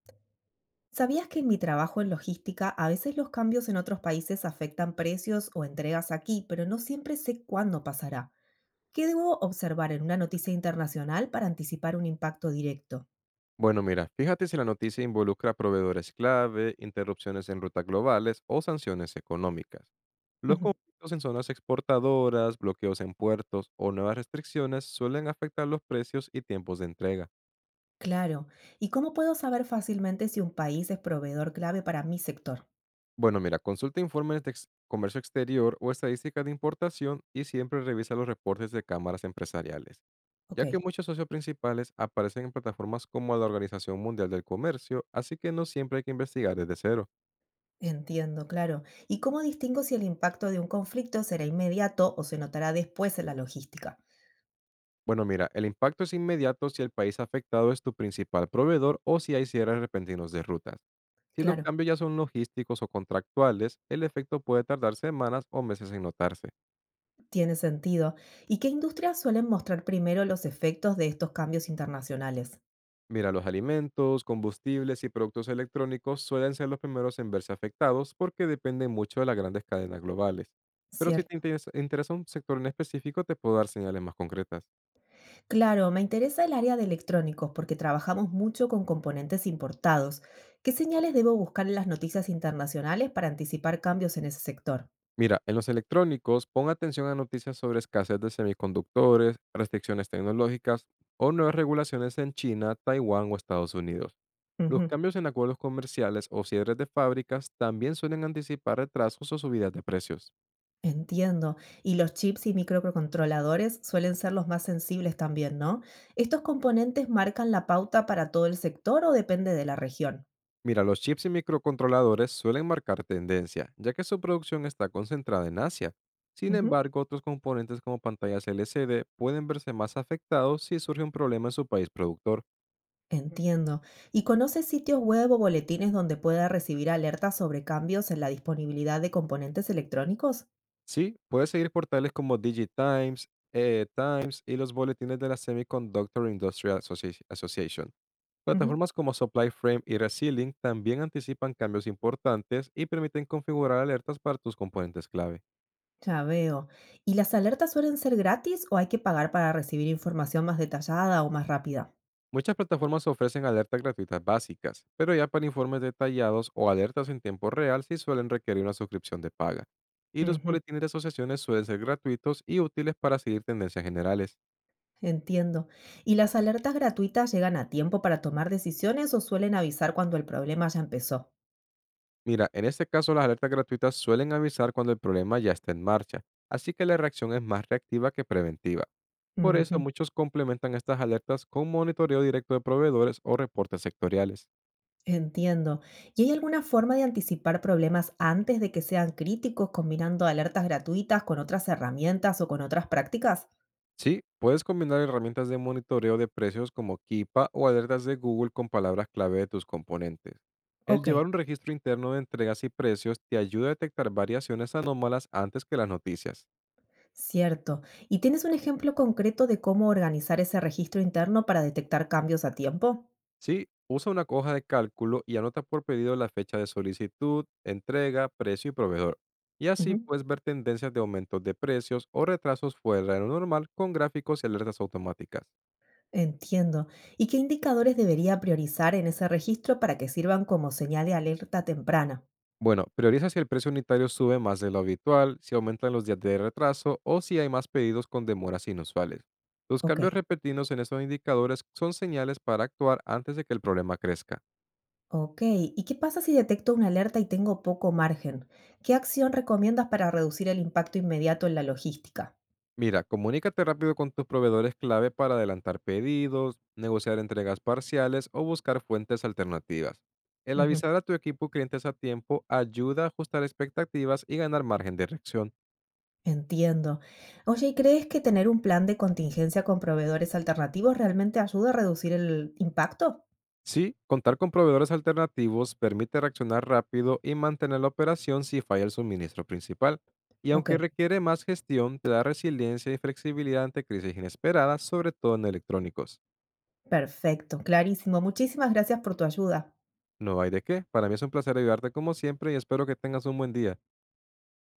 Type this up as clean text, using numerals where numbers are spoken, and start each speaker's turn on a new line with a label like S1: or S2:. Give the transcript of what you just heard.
S1: ¿Sabías que en mi trabajo en logística a veces los cambios en otros países afectan precios o entregas aquí, pero no siempre sé cuándo pasará? ¿Qué debo observar en una noticia internacional para anticipar un impacto directo?
S2: Bueno, mira, fíjate si la noticia involucra proveedores clave, interrupciones en rutas globales o sanciones económicas. Los
S1: Ujú,
S2: conflictos en zonas exportadoras, bloqueos en puertos o nuevas restricciones suelen afectar los precios y tiempos de entrega.
S1: claro. ¿Y cómo puedo saber fácilmente si un país es proveedor clave para mi sector?
S2: Bueno, mira, consulta informes de comercio exterior o estadísticas de importación y siempre revisa los reportes de cámaras empresariales,
S1: Ok,
S2: ya que muchos socios principales aparecen en plataformas como la Organización Mundial del Comercio, así que no siempre hay que investigar desde cero.
S1: entiendo, claro. ¿Y cómo distingo si el impacto de un conflicto será inmediato o se notará después en la logística?
S2: Bueno, mira, el impacto es inmediato si el país afectado es tu principal proveedor o si hay cierres repentinos de rutas. Si los
S1: Claro.
S2: cambios ya son logísticos o contractuales, el efecto puede tardar semanas o meses en notarse.
S1: Tiene sentido. ¿Y qué industrias suelen mostrar primero los efectos de estos cambios internacionales?
S2: Mira, los alimentos, combustibles y productos electrónicos suelen ser los primeros en verse afectados porque dependen mucho de las grandes cadenas globales. Pero si te
S1: Cierto.
S2: interesa un sector en específico, te puedo dar señales más concretas.
S1: Claro, me interesa el área de electrónicos porque trabajamos mucho con componentes importados. ¿Qué señales debo buscar en las noticias internacionales para anticipar cambios en ese sector?
S2: Mira, en los electrónicos, pon atención a noticias sobre escasez de semiconductores, restricciones tecnológicas o nuevas regulaciones en China, Taiwán o Estados Unidos. Los
S1: Ujú,
S2: cambios en acuerdos comerciales o cierres de fábricas también suelen anticipar retrasos o subidas de precios.
S1: entiendo. Y los chips y microcontroladores suelen ser los más sensibles también, ¿no? ¿Estos componentes marcan la pauta para todo el sector o depende de la región?
S2: Mira, los chips y microcontroladores suelen marcar tendencia, ya que su producción está concentrada en Asia. Sin embargo, otros componentes como pantallas LCD pueden verse más afectados si surge un problema en su país productor.
S1: Entiendo. ¿Y conoces sitios web o boletines donde pueda recibir alertas sobre cambios en la disponibilidad de componentes electrónicos?
S2: Sí, puedes seguir portales como DigiTimes, EE Times y los boletines de la Semiconductor Association.
S1: Ujú,
S2: Plataformas como Supply Frame y Resilink también anticipan cambios importantes y permiten configurar alertas para tus componentes clave.
S1: ya veo. ¿Y las alertas suelen ser gratis o hay que pagar para recibir información más detallada o más rápida?
S2: Muchas plataformas ofrecen alertas gratuitas básicas, pero ya para informes detallados o alertas en tiempo real sí suelen requerir una suscripción de paga. Y los
S1: Ujú,
S2: boletines de asociaciones suelen ser gratuitos y útiles para seguir tendencias generales.
S1: entiendo. ¿Y las alertas gratuitas llegan a tiempo para tomar decisiones o suelen avisar cuando el problema ya empezó?
S2: Mira, en este caso las alertas gratuitas suelen avisar cuando el problema ya está en marcha, así que la reacción es más reactiva que preventiva. Por eso
S1: Ujú.
S2: muchos complementan estas alertas con monitoreo directo de proveedores o reportes sectoriales.
S1: Entiendo. ¿Y hay alguna forma de anticipar problemas antes de que sean críticos combinando alertas gratuitas con otras herramientas o con otras prácticas?
S2: Sí, puedes combinar herramientas de monitoreo de precios como Kipa o alertas de Google con palabras clave de tus componentes. El
S1: Ok,
S2: llevar un registro interno de entregas y precios te ayuda a detectar variaciones anómalas antes que las noticias.
S1: cierto. ¿Y tienes un ejemplo concreto de cómo organizar ese registro interno para detectar cambios a tiempo?
S2: Sí, usa una hoja de cálculo y anota por pedido la fecha de solicitud, entrega, precio y proveedor. Y así
S1: Ujú.
S2: puedes ver tendencias de aumentos de precios o retrasos fuera de lo normal con gráficos y alertas automáticas.
S1: Entiendo. ¿Y qué indicadores debería priorizar en ese registro para que sirvan como señal de alerta temprana?
S2: Bueno, prioriza si el precio unitario sube más de lo habitual, si aumentan los días de retraso o si hay más pedidos con demoras inusuales. Los
S1: Ok.
S2: cambios repetidos en estos indicadores son señales para actuar antes de que el problema crezca.
S1: Ok, ¿y qué pasa si detecto una alerta y tengo poco margen? ¿Qué acción recomiendas para reducir el impacto inmediato en la logística?
S2: Mira, comunícate rápido con tus proveedores clave para adelantar pedidos, negociar entregas parciales o buscar fuentes alternativas. El
S1: Ujú,
S2: avisar a tu equipo clientes a tiempo ayuda a ajustar expectativas y ganar margen de reacción.
S1: entiendo. Oye, ¿y crees que tener un plan de contingencia con proveedores alternativos realmente ayuda a reducir el impacto?
S2: Sí, contar con proveedores alternativos permite reaccionar rápido y mantener la operación si falla el suministro principal. Y
S1: Ok,
S2: aunque requiere más gestión, te da resiliencia y flexibilidad ante crisis inesperadas, sobre todo en electrónicos.
S1: perfecto, clarísimo. Muchísimas gracias por tu ayuda.
S2: No hay de qué. Para mí es un placer ayudarte como siempre y espero que tengas un buen día.